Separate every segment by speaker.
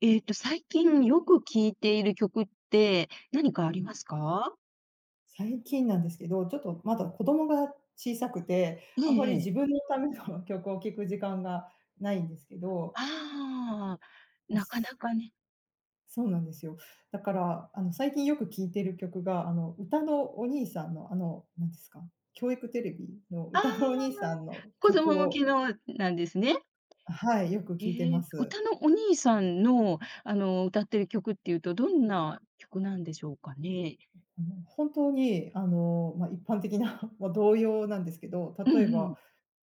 Speaker 1: 最近よく聴いている曲って何かありますか？
Speaker 2: 最近なんですけど、ちょっとまだ子供が小さくて、
Speaker 1: え
Speaker 2: あま
Speaker 1: え、
Speaker 2: り
Speaker 1: え
Speaker 2: 自
Speaker 1: え。
Speaker 2: 分のための曲を聴く時間がないんですけど、
Speaker 1: ああ、
Speaker 2: ま、
Speaker 1: なか
Speaker 2: す
Speaker 1: なかね。
Speaker 2: そうなんですよ。だから、最近よく聴いてる曲が、うたのお兄さんの、あの、なんですか、教育テレビのう
Speaker 1: あ
Speaker 2: たのお
Speaker 1: あ、
Speaker 2: 兄さんの
Speaker 1: 子供
Speaker 2: 曲
Speaker 1: 向け
Speaker 2: を。
Speaker 1: のなんですね。
Speaker 2: はい、よく聴いて
Speaker 1: ええ、
Speaker 2: ます。
Speaker 1: 歌のお兄さんの、歌ってる曲っていうと、どんな曲なんでしょうかね？
Speaker 2: 本当に、一般的な 同様なんですけど、
Speaker 1: う
Speaker 2: 例
Speaker 1: ん
Speaker 2: え
Speaker 1: う
Speaker 2: ば、
Speaker 1: ん。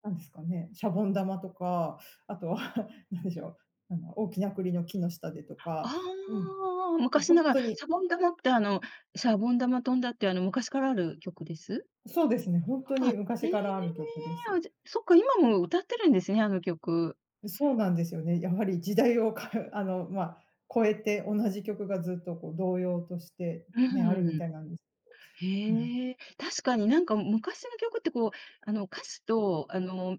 Speaker 2: なんですかね、シャボン玉とか、あとは何 でしょう、大きな栗の木の下でとか。うん。
Speaker 1: ああ、
Speaker 2: もう
Speaker 1: 昔
Speaker 2: 本
Speaker 1: なが
Speaker 2: 当
Speaker 1: ら、
Speaker 2: に。
Speaker 1: シャボン玉ってシャボン玉飛んだって昔からある曲です？
Speaker 2: そうですね、本当
Speaker 1: あ、
Speaker 2: に
Speaker 1: へ
Speaker 2: 昔
Speaker 1: え、
Speaker 2: からある曲です。
Speaker 1: あ、じゃ、そっか、今も歌ってるんですね、あの曲。
Speaker 2: そうなんですよね。やはり時代を超えて同じ曲がずっとこう同様として
Speaker 1: う
Speaker 2: ね、あるみ
Speaker 1: ん。
Speaker 2: たいなんですけど、はい。
Speaker 1: へえ、確かになんか昔の曲ってこう、歌詞と、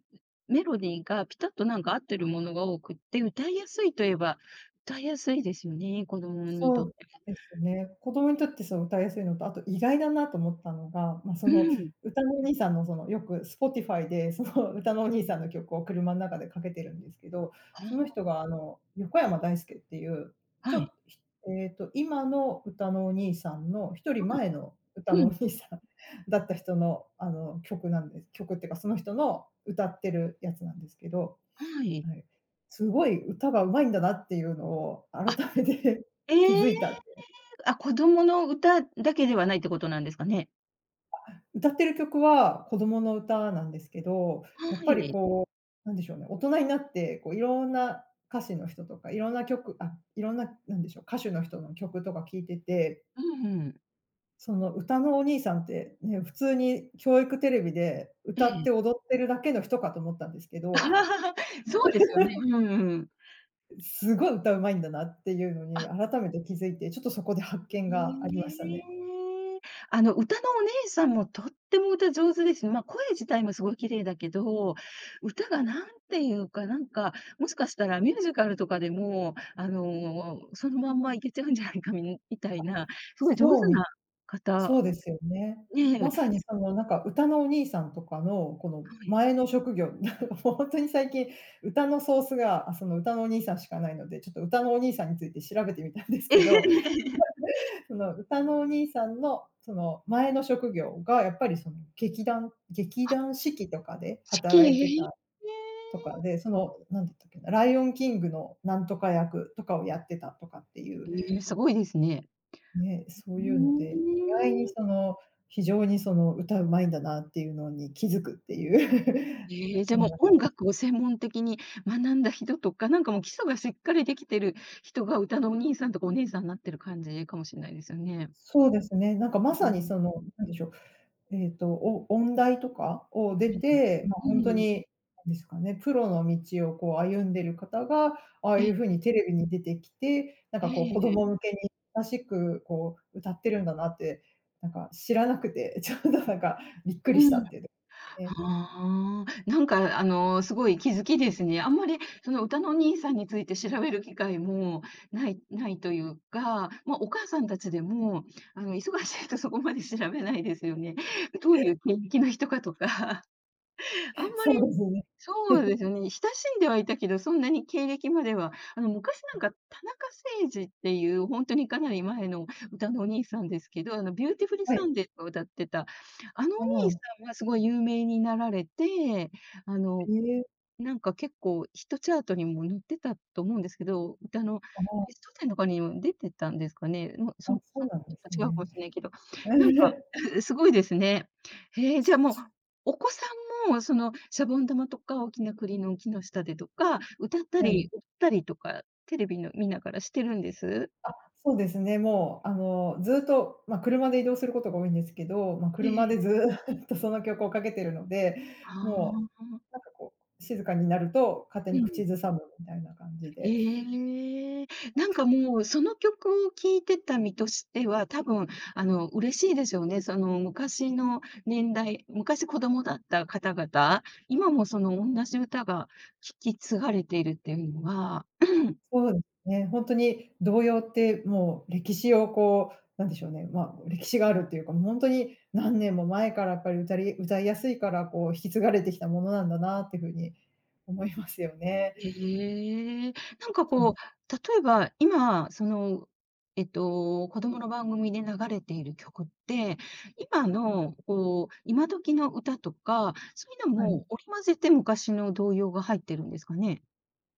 Speaker 1: メロディーがピタッとなんか合ってるものが多くって、歌いやすいといえば、歌いやすいですよね、子供に
Speaker 2: そ
Speaker 1: とっ
Speaker 2: う
Speaker 1: ては。
Speaker 2: ですね。子供にとってそう歌いやすいのと、あと意外だなと思ったのが、そ
Speaker 1: う
Speaker 2: の
Speaker 1: ん。
Speaker 2: 歌のお兄さんのよく Spotify でその歌のお兄さんの曲を車の中でかけてるんですけど、その
Speaker 1: あ、
Speaker 2: 人が横山だいすけっていう、ちょ
Speaker 1: は
Speaker 2: っ
Speaker 1: い。
Speaker 2: ひえっと、今の歌のお兄さんの一
Speaker 1: は
Speaker 2: 人
Speaker 1: い。
Speaker 2: 前の歌
Speaker 1: う
Speaker 2: のお
Speaker 1: ん。
Speaker 2: 兄さん だった人のあの曲なんです曲っていうか、その人の歌ってるやつなんですけど。
Speaker 1: はい。
Speaker 2: はい。すごい歌が上手いんだなっていうのを
Speaker 1: あ、
Speaker 2: 改めて
Speaker 1: え
Speaker 2: 気
Speaker 1: え、
Speaker 2: づいた。
Speaker 1: あ、子供の歌だけではないってことなんですかね？
Speaker 2: 歌ってる曲は子供の歌なんですけど、やっ
Speaker 1: は
Speaker 2: ぱり
Speaker 1: い。
Speaker 2: こう、なんでしょうね、大人になってこういろんな歌手の人とか、いろんな、なんでしょう、歌手の人の曲とか聞いてて、
Speaker 1: うんうん。
Speaker 2: その歌のお兄さんってね、普通に教育テレビで
Speaker 1: え
Speaker 2: 歌って
Speaker 1: え。
Speaker 2: 踊ってるだけの人かと思ったんですけど、
Speaker 1: そうですよね。うんうん。
Speaker 2: すごい歌上手いんだなっていうのに
Speaker 1: あ、
Speaker 2: 改めて気づいて、ちょっとそこで発
Speaker 1: え
Speaker 2: 見がありましたね。
Speaker 1: え。歌のお姉さんもとっても歌上手ですね。まあ、声自体もすごい綺麗だけど、歌がなんていうか、なんか、もしかしたらミュージカルとかでも、そのまんまいけちゃうんじゃないかみたいな、すごい上
Speaker 2: そう
Speaker 1: 手
Speaker 2: み
Speaker 1: な
Speaker 2: そう
Speaker 1: 方、
Speaker 2: ですよね。
Speaker 1: ね
Speaker 2: ま
Speaker 1: え、
Speaker 2: さにそのなんか歌のお兄さんとかのこの
Speaker 1: はい。
Speaker 2: 前の職業、本当に最近歌のソースが、その歌のお兄さんしかないので、ちょっと歌のお兄さんについて調べてみたんです
Speaker 1: え
Speaker 2: けど、
Speaker 1: え、
Speaker 2: その歌のお兄さんのその前の職業がやっぱりその劇団四季とかで
Speaker 1: 指揮、
Speaker 2: 働いて
Speaker 1: ええ。
Speaker 2: たとかで、その、なんだったっけな、ライオンキングのなんとか役とかをやってたとかっていう
Speaker 1: ええ、すごいですね。
Speaker 2: ね、そう
Speaker 1: う
Speaker 2: いうので、意外に
Speaker 1: ーん。
Speaker 2: その、非常にその歌うまいんだなっていうのに気づくっていう
Speaker 1: ええ、じゃ、
Speaker 2: の
Speaker 1: もう
Speaker 2: が。
Speaker 1: 音楽を専門的に学んだ人とか、なんかもう基礎がしっかりできてる人が歌のお兄さんとかお姉さんになってる感じかもしれないですよね。
Speaker 2: そうですね、なんかま
Speaker 1: う
Speaker 2: さに
Speaker 1: ん、
Speaker 2: その、なんでしょう、お音大とかを出
Speaker 1: ええ。
Speaker 2: て、ま、
Speaker 1: う
Speaker 2: 本当
Speaker 1: ん。
Speaker 2: に、なんですかね、プロの道をこう歩んでる方が、ああ
Speaker 1: え
Speaker 2: いう
Speaker 1: え、
Speaker 2: 風にテレビに出てきて、なん
Speaker 1: え
Speaker 2: かこう子
Speaker 1: え、
Speaker 2: 供向けに優しくこう歌ってるんだなって、なんか知らなくて、ちょっとなんかびっく
Speaker 1: う
Speaker 2: りし
Speaker 1: ん。
Speaker 2: たっていうね。
Speaker 1: はあ。なんかすごい気づきですね。あんまりその歌のお兄さんについて調べる機会もないというか、ま、お母さんたちでも、忙しいとそこまで調べないですよね。どういう経歴の人かとか、あんま
Speaker 2: そ
Speaker 1: り、
Speaker 2: うですね。
Speaker 1: そうですよ ね。親しんではいたけど、そんなに経歴までは。昔なんか、田中誠二っていう、本当にかなり前の歌のお兄さんですけど、ビューティフル
Speaker 2: はい。
Speaker 1: サンデーとか歌ってた、あのお
Speaker 2: あ
Speaker 1: 兄さ
Speaker 2: あ、
Speaker 1: んはすごい有名になられて、あの、
Speaker 2: ええ、
Speaker 1: なんか結構ヒットチャートにも載ってたと思うんですけど、歌の
Speaker 2: あ
Speaker 1: ベストテンとかにも出てたんですかね。もう、
Speaker 2: あ、
Speaker 1: そ
Speaker 2: あ、
Speaker 1: の
Speaker 2: そう
Speaker 1: そち
Speaker 2: なんです
Speaker 1: ょっと違う
Speaker 2: ね。
Speaker 1: かもしれないけど、なんか、すごいですね。へえ、じゃあもう、お子さんもそのシャボン玉とか、大きな栗の木の下でとか、歌った
Speaker 2: うん。
Speaker 1: り踊ったりとか、テレビの見ながらしてるんです？
Speaker 2: あ、そうですね、もう、ずっと、ま、車で移動することが多いんですけど、ま、車
Speaker 1: え
Speaker 2: で
Speaker 1: え。
Speaker 2: ずっとその曲をかけてるので、
Speaker 1: あ
Speaker 2: も
Speaker 1: あ、
Speaker 2: う、なんかこう、静かになると勝手
Speaker 1: う
Speaker 2: に
Speaker 1: ん。
Speaker 2: 口ずさむみたいな感じで。
Speaker 1: ええ、なんかもう、その曲を聴いてた身としては、多分、嬉しいでしょうね。その昔の年代、昔子供だった方々、今もその同じ歌が聴き継がれているっていうのは。
Speaker 2: そうですね、ほんとに童謡ってもう歴史をこう、なんでしょうね、ま、歴史があるっていうか、もうほんとに何年も前からやっぱり歌いやすいから、こう引き継がれてきたものなんだなっていう風に思いますよね。
Speaker 1: へえ。なんか
Speaker 2: そ
Speaker 1: こ
Speaker 2: う、
Speaker 1: う、例えば、今、その、子供の番組で流れている曲って、今のこう、今時の歌とか、そういうの
Speaker 2: はい。
Speaker 1: も織り交ぜて昔の童謡が入ってるんですかね？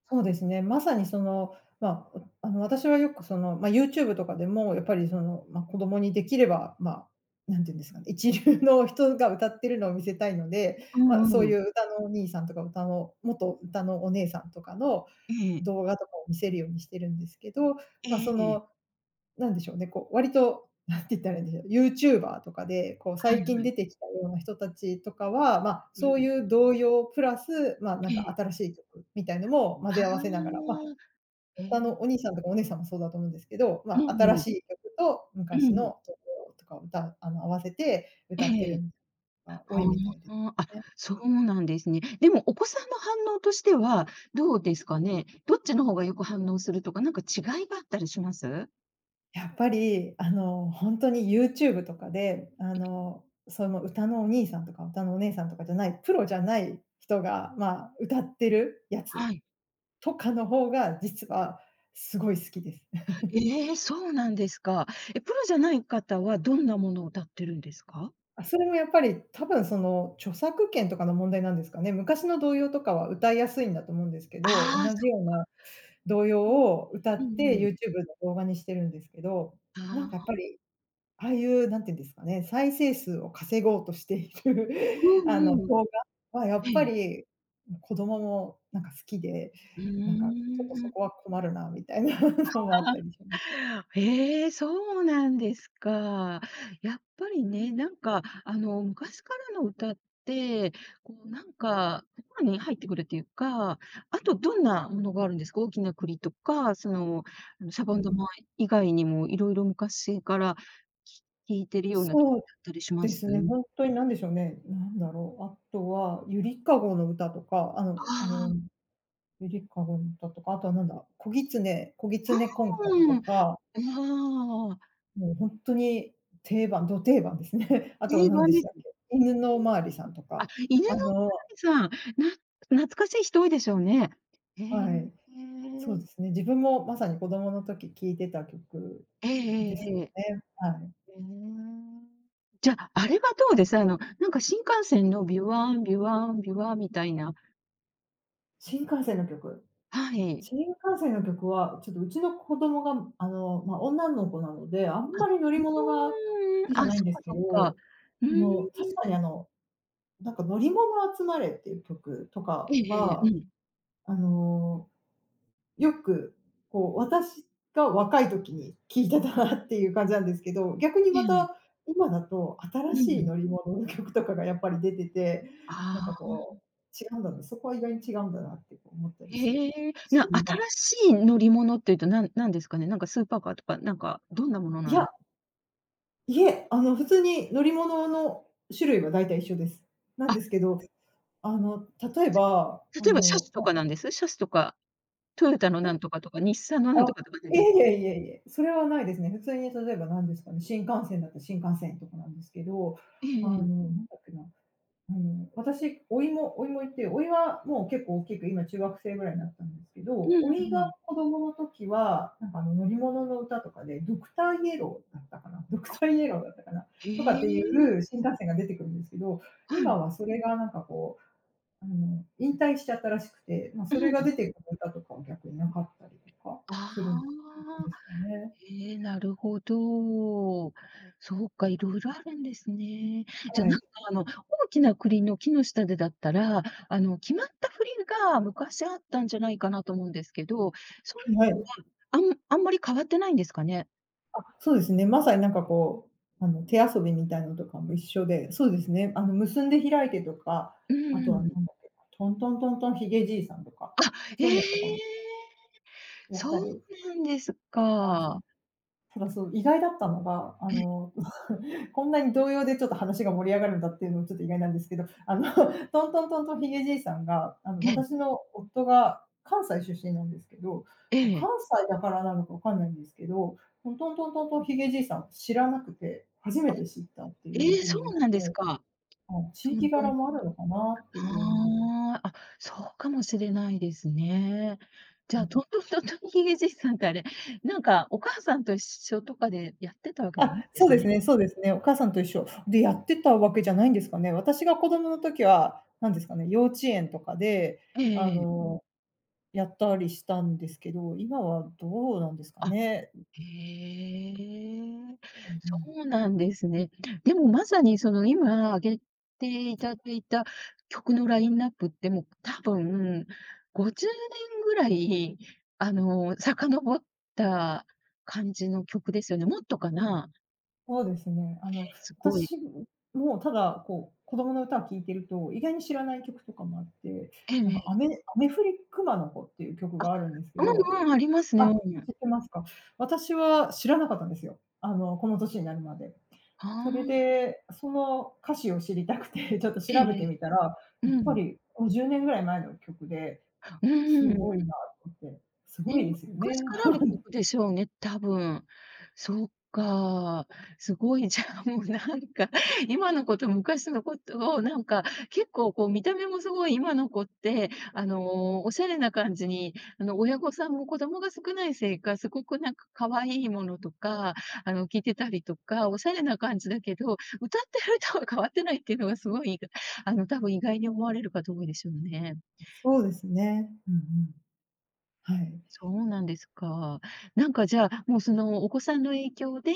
Speaker 2: そうですね。まさにその、まあ、私はよくその、まあ、YouTube とかでも、やっぱりその、まあ、子供にできれば、まあ、なんていうんですかね、一流の人が歌ってるのを見せたいので、
Speaker 1: う
Speaker 2: まあ、
Speaker 1: ん
Speaker 2: そう
Speaker 1: う
Speaker 2: い
Speaker 1: ん。
Speaker 2: う歌のお兄さんとか元歌のお姉さんとかの
Speaker 1: ええ。
Speaker 2: 動画とかを見せるようにしてるんですけど、まあ、
Speaker 1: え
Speaker 2: そ
Speaker 1: え、
Speaker 2: の
Speaker 1: ええ、
Speaker 2: なんでしょうね、こう、割と、なんて言ったらいいんでしょう、ユーチューバーとかで、こう、
Speaker 1: はい
Speaker 2: 最
Speaker 1: は
Speaker 2: 近出
Speaker 1: い。
Speaker 2: てきたような人たちとかは、まあ、
Speaker 1: う
Speaker 2: そうい
Speaker 1: ん。
Speaker 2: う動揺プラス、まあ、なんか
Speaker 1: え
Speaker 2: 新
Speaker 1: え。
Speaker 2: しい曲みたいのも混
Speaker 1: ああ。
Speaker 2: ぜ合わせながら、まあ、
Speaker 1: ええ。
Speaker 2: お兄さんとかお姉さんもそうだと思うんですけど、ま
Speaker 1: う
Speaker 2: あ、
Speaker 1: んう
Speaker 2: 新
Speaker 1: ん。
Speaker 2: しい曲と
Speaker 1: う
Speaker 2: 昔
Speaker 1: ん。
Speaker 2: の曲とかを歌うあの、合わせて
Speaker 1: え
Speaker 2: 歌ってるの
Speaker 1: え。
Speaker 2: が多
Speaker 1: あ
Speaker 2: いみたいですね。
Speaker 1: あ、あ、そうなんですね。でもお子さんの反応としてはどうですかね？どっちの方がよく反応するとか、なんか違いがあったりします？
Speaker 2: やっぱり、本当に YouTube とかで、その歌のお兄さんとか歌のお姉さんとかじゃない、プロじゃない人が、まあ、歌ってるやつ
Speaker 1: はい。
Speaker 2: とかの方が、実はすごい好きです。
Speaker 1: ええ、そうなんですか。え、プロじゃない方はどんなものを歌ってるんですか？
Speaker 2: あ、それもやっぱり多分その、著作権とかの問題なんですかね。昔の童謡とかは歌いやすいんだと思うんですけど、
Speaker 1: ああ、
Speaker 2: 同じ
Speaker 1: そ
Speaker 2: よう
Speaker 1: う。
Speaker 2: な童謡を歌
Speaker 1: う
Speaker 2: っ
Speaker 1: んう
Speaker 2: て
Speaker 1: ん。
Speaker 2: YouTube の動画にしてるんですけど、
Speaker 1: あ
Speaker 2: なんかやっ
Speaker 1: あ、
Speaker 2: ぱりああいう、なんていうんですかね、再生数を稼ごうとしている
Speaker 1: うんうん。
Speaker 2: 動画はや
Speaker 1: え
Speaker 2: っぱ
Speaker 1: え。
Speaker 2: り、子供もなんか好きで、
Speaker 1: う
Speaker 2: なんかちょっとそ
Speaker 1: ーん。
Speaker 2: こは困るなみたいな のもあっ
Speaker 1: あ。
Speaker 2: たりします。
Speaker 1: ええ、そうなんですか。やっぱりね、なんか、昔からの歌って、こう、なんか、心に入ってくるっていうか、あとどんなものがあるんですか？大きな栗とか、その、シャ
Speaker 2: う
Speaker 1: ボン
Speaker 2: ん。
Speaker 1: 玉以外にもいろいろ昔から聴いてるような曲
Speaker 2: そう
Speaker 1: だったりしま
Speaker 2: で
Speaker 1: す？
Speaker 2: すね、本当に何でしょうね、なんだろう、あとはゆりかごの歌とか、
Speaker 1: あ
Speaker 2: ゆりかごの歌とか、あとはなんだ、こぎつねこぎつ
Speaker 1: あ、
Speaker 2: ねこんこんと
Speaker 1: うーん、
Speaker 2: か
Speaker 1: ああ、
Speaker 2: もうほんとに定番、ど定番ですね。あとは
Speaker 1: 定
Speaker 2: 何
Speaker 1: 番
Speaker 2: でし
Speaker 1: です
Speaker 2: たっ
Speaker 1: ね。
Speaker 2: け、犬のおまわりさんと
Speaker 1: あ、
Speaker 2: か、
Speaker 1: 犬の
Speaker 2: あの
Speaker 1: おまわりさん、な、懐かしい人多いでしょうね。へえ。
Speaker 2: はい、そうですね、自分もまさに子供の時聴いてた曲
Speaker 1: ええ、ええ、
Speaker 2: で
Speaker 1: ええ。
Speaker 2: す
Speaker 1: へ
Speaker 2: よ
Speaker 1: え。
Speaker 2: ね。はい。
Speaker 1: じゃ、あれはどうです？なんか新幹線のビュワンビュワンビュワみたいな、
Speaker 2: 新幹線の曲。
Speaker 1: はい。
Speaker 2: 新幹線の曲は、ちょっとうちの子供が、ま、女の子なので、あん
Speaker 1: あ、
Speaker 2: まり乗り
Speaker 1: う
Speaker 2: 物が好
Speaker 1: ーん、
Speaker 2: きじゃ
Speaker 1: あ、
Speaker 2: ないん
Speaker 1: そっ
Speaker 2: で
Speaker 1: か
Speaker 2: すけ
Speaker 1: そっか。
Speaker 2: ど、
Speaker 1: うーん、
Speaker 2: 確かになんか乗り物集まれっていう曲と
Speaker 1: え
Speaker 2: か
Speaker 1: え、ええ、
Speaker 2: は、
Speaker 1: うん、
Speaker 2: あのよく、こう、私が若い時に聴いてたなっていう感じなんですけど、逆に
Speaker 1: え
Speaker 2: ま
Speaker 1: え、
Speaker 2: た今だと
Speaker 1: う
Speaker 2: 新
Speaker 1: ん
Speaker 2: し
Speaker 1: う
Speaker 2: い
Speaker 1: ん。
Speaker 2: 乗り物の曲とかがやっぱり出てて、なん
Speaker 1: あ
Speaker 2: か
Speaker 1: あ、
Speaker 2: こう、違うんだな、そこは意外に違うんだなって思ったりして、
Speaker 1: へえ。
Speaker 2: 不思議な。
Speaker 1: 新しい乗り物っていうと、なんなんですかね？なんかスーパーカーとか、なんかどんなもの
Speaker 2: い
Speaker 1: なんで、
Speaker 2: や、いえ、普通に乗り物の種類は大体一緒です。なん
Speaker 1: あ、
Speaker 2: ですけど、あの、例えば、
Speaker 1: 例えば車種とかなんです？車種とかトヨタのなんとかとか、日産のなん
Speaker 2: あ、
Speaker 1: とかとか出
Speaker 2: い
Speaker 1: て
Speaker 2: え
Speaker 1: る。
Speaker 2: いえいえいえ、それはないですね。普通に例えば何ですかね、新幹線だったら新幹線とかなんですけど、
Speaker 1: ええ、
Speaker 2: な
Speaker 1: ええ。
Speaker 2: んだっけな、私、甥もいて、甥はもう結構大きく、今中学生ぐらいになったんですけ
Speaker 1: うん
Speaker 2: ど、
Speaker 1: うん
Speaker 2: 甥が
Speaker 1: うん。
Speaker 2: 子供の時は、なんか乗り物の歌とかで、ドクターイエローだったかな、ドクター
Speaker 1: あ、
Speaker 2: イエローだったかな、
Speaker 1: へ
Speaker 2: とかってい
Speaker 1: え。
Speaker 2: う新幹線が出てくるんですけど、
Speaker 1: は
Speaker 2: 今
Speaker 1: い。
Speaker 2: はそれがなんかこう引退しちゃったらしくて、まあ、
Speaker 1: う
Speaker 2: それが出
Speaker 1: ん。
Speaker 2: てくる歌とかは逆になかったりとか
Speaker 1: あ
Speaker 2: するんで
Speaker 1: あ、
Speaker 2: すかね。
Speaker 1: へえ、なるほど。そうか、いろいろあるんですね。じ
Speaker 2: は
Speaker 1: ゃ、な
Speaker 2: い。
Speaker 1: んか、大きな栗の木の下でだったら、決まった振りが昔あったんじゃないかなと思うんですけど、そ
Speaker 2: は
Speaker 1: ういうのは、
Speaker 2: い。
Speaker 1: あんまり変わってないんですかね？
Speaker 2: あ、そうですね。まさになんかこう、手遊びみたいなのとかも一緒で、そうですね、結んで開いてとか、
Speaker 1: う
Speaker 2: あと
Speaker 1: んう
Speaker 2: はな
Speaker 1: ん。
Speaker 2: んだっけトントントントンヒゲじいさんとか、
Speaker 1: あ、え
Speaker 2: そういうのとかも
Speaker 1: え、
Speaker 2: やった
Speaker 1: そ
Speaker 2: り
Speaker 1: う
Speaker 2: し
Speaker 1: なんです
Speaker 2: ますね。
Speaker 1: か。
Speaker 2: ただそう、意外だったのが、
Speaker 1: え、
Speaker 2: こんなに動揺でちょっと話が盛り上がるんだっていうのもちょっと意外なんですけど、トントントントンひげじいさんが、
Speaker 1: ええ、
Speaker 2: 私の夫が関西出身なんですけど、
Speaker 1: ええ。
Speaker 2: 関西だからなのかわかんないんですけど、トントントントンとんひげじいさん知らなくて、初めて知ったっていう
Speaker 1: ええ、
Speaker 2: 風
Speaker 1: そ
Speaker 2: に
Speaker 1: うなんで
Speaker 2: 言っ
Speaker 1: す
Speaker 2: てて、
Speaker 1: か。
Speaker 2: あ、地
Speaker 1: トン
Speaker 2: 域
Speaker 1: ト
Speaker 2: 柄
Speaker 1: ン、
Speaker 2: もあるのかなっていうのも
Speaker 1: ああ、あ、そうかもしれないですね。じ
Speaker 2: う
Speaker 1: ゃあ、
Speaker 2: ん。
Speaker 1: トントントントンヒゲじいさんってあれ、なんかお母さんと一緒とかでやってたわけじゃないん
Speaker 2: あ、
Speaker 1: で
Speaker 2: そう
Speaker 1: す
Speaker 2: です
Speaker 1: ね。
Speaker 2: ねそうですね。お母さんと一緒。で、やってたわけじゃないんですかね。私が子供の時は、なんですかね、幼稚園とかで、
Speaker 1: え
Speaker 2: あ
Speaker 1: え、ええ。
Speaker 2: のやったりしたんですけど、今はどうなんですか
Speaker 1: あ、
Speaker 2: ね。
Speaker 1: へえ、
Speaker 2: うんう
Speaker 1: そ
Speaker 2: ん。
Speaker 1: うなんですね。でもまさにその今挙げていただいた曲のラインナップってもう多分50年ぐらい、遡った感じの曲ですよね。もっとかな？
Speaker 2: そうですね。あの、
Speaker 1: すごい、
Speaker 2: 私もただこう、子供の歌を聴いてると、意外に知らない曲とかもあって、
Speaker 1: ええ、
Speaker 2: なん
Speaker 1: え
Speaker 2: か、
Speaker 1: え。
Speaker 2: アメフリ熊の子っていう曲
Speaker 1: あ、
Speaker 2: があるんですけど、
Speaker 1: うんうん、ありますね、
Speaker 2: あ、
Speaker 1: う
Speaker 2: 知
Speaker 1: ん。
Speaker 2: ってますか。私は知らなかったんですよ。あの、この年になるまで。
Speaker 1: あ
Speaker 2: それ
Speaker 1: あ、
Speaker 2: で、その歌詞を知りたくて、ちょっと
Speaker 1: ええ、
Speaker 2: 調べて
Speaker 1: ええ。
Speaker 2: みたら、やっ
Speaker 1: う
Speaker 2: ぱ
Speaker 1: ん。
Speaker 2: り50年ぐらい前の曲で、
Speaker 1: う
Speaker 2: す
Speaker 1: ん。
Speaker 2: ごいなと思って、すごい
Speaker 1: ね、
Speaker 2: ですよね。
Speaker 1: 昔からある曲でしょうね、多分。そっか、すごい、じゃあ、もうなんか、今の子と昔の子とをなんか、結構こう見た目もすごい今の子って、おしゃれな感じに、親御さんも子供が少ないせいか、すごくなんか可愛いものとか、聴いてたりとか、おしゃれな感じだけど、歌ってる歌は変わってないっていうのがすごい、多分意外に思われる方多いでしょうね。
Speaker 2: そうですね。うんうん。はい。
Speaker 1: そうなんですか。なんかじゃあ、もうそのお子さんの影響で、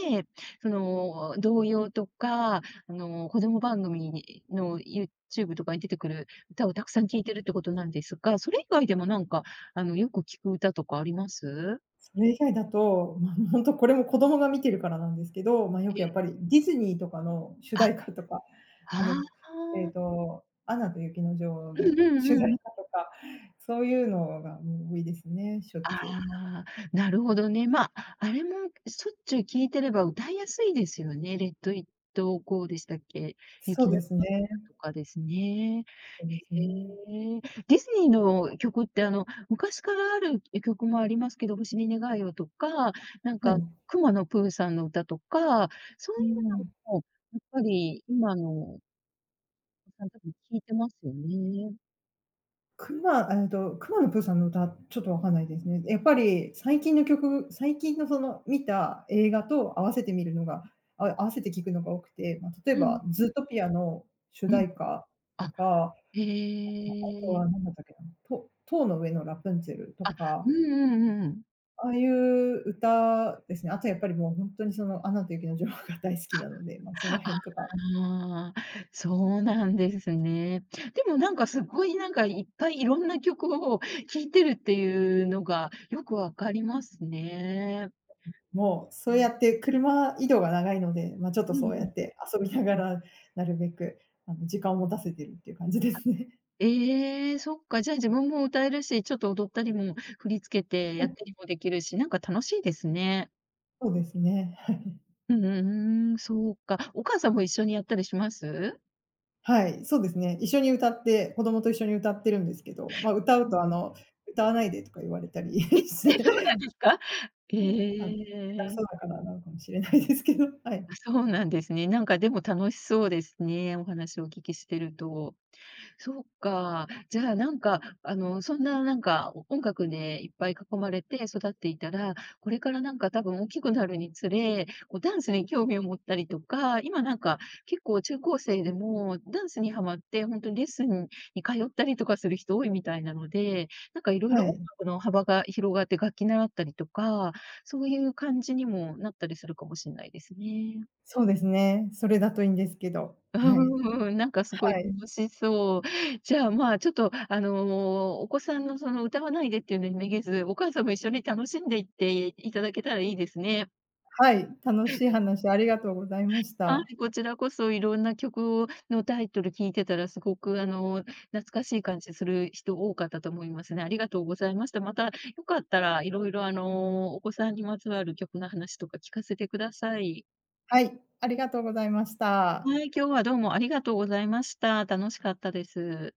Speaker 1: その童謡とか、あの子供番組の YouTube とかに出てくる歌をたくさん聴いてるってことなんですが、それ以外でもなんか、あのよく聞く歌とかあります？
Speaker 2: それ以外だと、ま、ほんとこれも子供が見てるからなんですけど、ま、よくやっぱ
Speaker 1: え。
Speaker 2: りディズニーとかの主
Speaker 1: あ、
Speaker 2: 題歌とか、あ
Speaker 1: あ
Speaker 2: の、えっ
Speaker 1: あ。
Speaker 2: と、アナと雪の女王
Speaker 1: う
Speaker 2: の
Speaker 1: んう
Speaker 2: 主
Speaker 1: んう
Speaker 2: 題
Speaker 1: ん、
Speaker 2: 歌とか、そういうのがもう多いですね、しょっちゅう。
Speaker 1: ああ、なるほどね。まあ、あれもしょっちゅう聴いてれば歌いやすいですよね。レッド・イット・ゴーでしたっけ？
Speaker 2: そ
Speaker 1: 雪
Speaker 2: う
Speaker 1: だ
Speaker 2: で
Speaker 1: る
Speaker 2: す
Speaker 1: ま
Speaker 2: ね。
Speaker 1: の歌とかですね。
Speaker 2: そうですね。
Speaker 1: へえ。ディズニーの曲って、昔からある曲もありますけど、星に願いをとか、なん
Speaker 2: は
Speaker 1: か、
Speaker 2: い。
Speaker 1: 熊野プーさんの歌とか、そうい
Speaker 2: う
Speaker 1: う
Speaker 2: ん。
Speaker 1: の、やっぱり今のお子さんたちも聴いてますよね。
Speaker 2: くまえっと、くまのプーさんの歌、ちょっとわかんないですね。やっぱり最近のその見た映画と合わせて見るのが合わせて聞くのが多くて、まあ、例え
Speaker 1: うん、
Speaker 2: ばズートピアの主
Speaker 1: うん。
Speaker 2: 題歌と
Speaker 1: あ、
Speaker 2: か、あと
Speaker 1: へえ。
Speaker 2: は何だったっけな、と塔の上のラプンツェルと
Speaker 1: あ、う
Speaker 2: か、
Speaker 1: んうんうん。
Speaker 2: ああいう歌ですね。あとやっぱりもう本当にその、アナと雪の女王が大好きなので、まあ、その辺とか
Speaker 1: ああ、そうなんですね。でもなんかすごいなんかいっぱいいろんな曲を聴いてるっていうのがよくわかりますね。
Speaker 2: もう、そ
Speaker 1: う
Speaker 2: うや
Speaker 1: ん。
Speaker 2: って車移動が長いので、ま、ちょっ
Speaker 1: う
Speaker 2: と
Speaker 1: ん
Speaker 2: そうや
Speaker 1: うん。
Speaker 2: って遊びながら、なるべく、あの、時間を持たせてるっていう感じですね。
Speaker 1: ええ、そっか、じゃあ自分も歌えるし、ちょっと踊ったりも振り付けてやったりもできるし、なんか楽しいですね。
Speaker 2: そうですね。
Speaker 1: うんうんうん、そうか。お母さんも一緒にやったりします？
Speaker 2: はい、そうですね。一緒に歌って、子供と一緒に歌ってるんですけど、ま、歌う
Speaker 1: う
Speaker 2: と、あ
Speaker 1: ん。
Speaker 2: の、歌わないでとか言われたり
Speaker 1: え、
Speaker 2: し
Speaker 1: え、そうなん
Speaker 2: て、
Speaker 1: ですか？
Speaker 2: あの、
Speaker 1: え
Speaker 2: 下手く
Speaker 1: え。
Speaker 2: そだからなのかもしれないですけど、はい。
Speaker 1: あ、そうなんですね。なんかでも楽しそうですね、お話をお聞きしてると。そうか。じゃあなんか、そんななんか、音楽でいっぱい囲まれて育っていたら、これからなんか多分大きくなるにつれ、こうダンスに興味を持ったりとか、今なんか結構中高生でもダンスにハマって、本当にレッスンに通ったりとかする人多いみたいなので、なんかいろい
Speaker 2: は
Speaker 1: ろ音
Speaker 2: い、
Speaker 1: 楽の幅が広がって楽器習ったりとか、そういう感じにもなったりするかもしれないですね。
Speaker 2: そうですね。それだといいんですけど、
Speaker 1: う
Speaker 2: はい。
Speaker 1: んうん、なんかすごい
Speaker 2: はい、
Speaker 1: 楽しそう。じゃあ、まあ、ちょっと、お子さんのその歌わないでっていうのにめげず、お母さんも一緒に楽しんでいっていただけたらいいですね。
Speaker 2: はい、楽しい話ありがとうございまし
Speaker 1: は
Speaker 2: た。
Speaker 1: い、こちらこそいろんな曲のタイトル聞いてたらすごく、懐かしい感じする人多かったと思いますね。ありがとうございました。またよかったらいろいろ、お子さんにまつわる曲の話とか聞かせてください。
Speaker 2: はい、ありがとうございました。
Speaker 1: はい、今日はどうもありがとうございました。楽しかったです。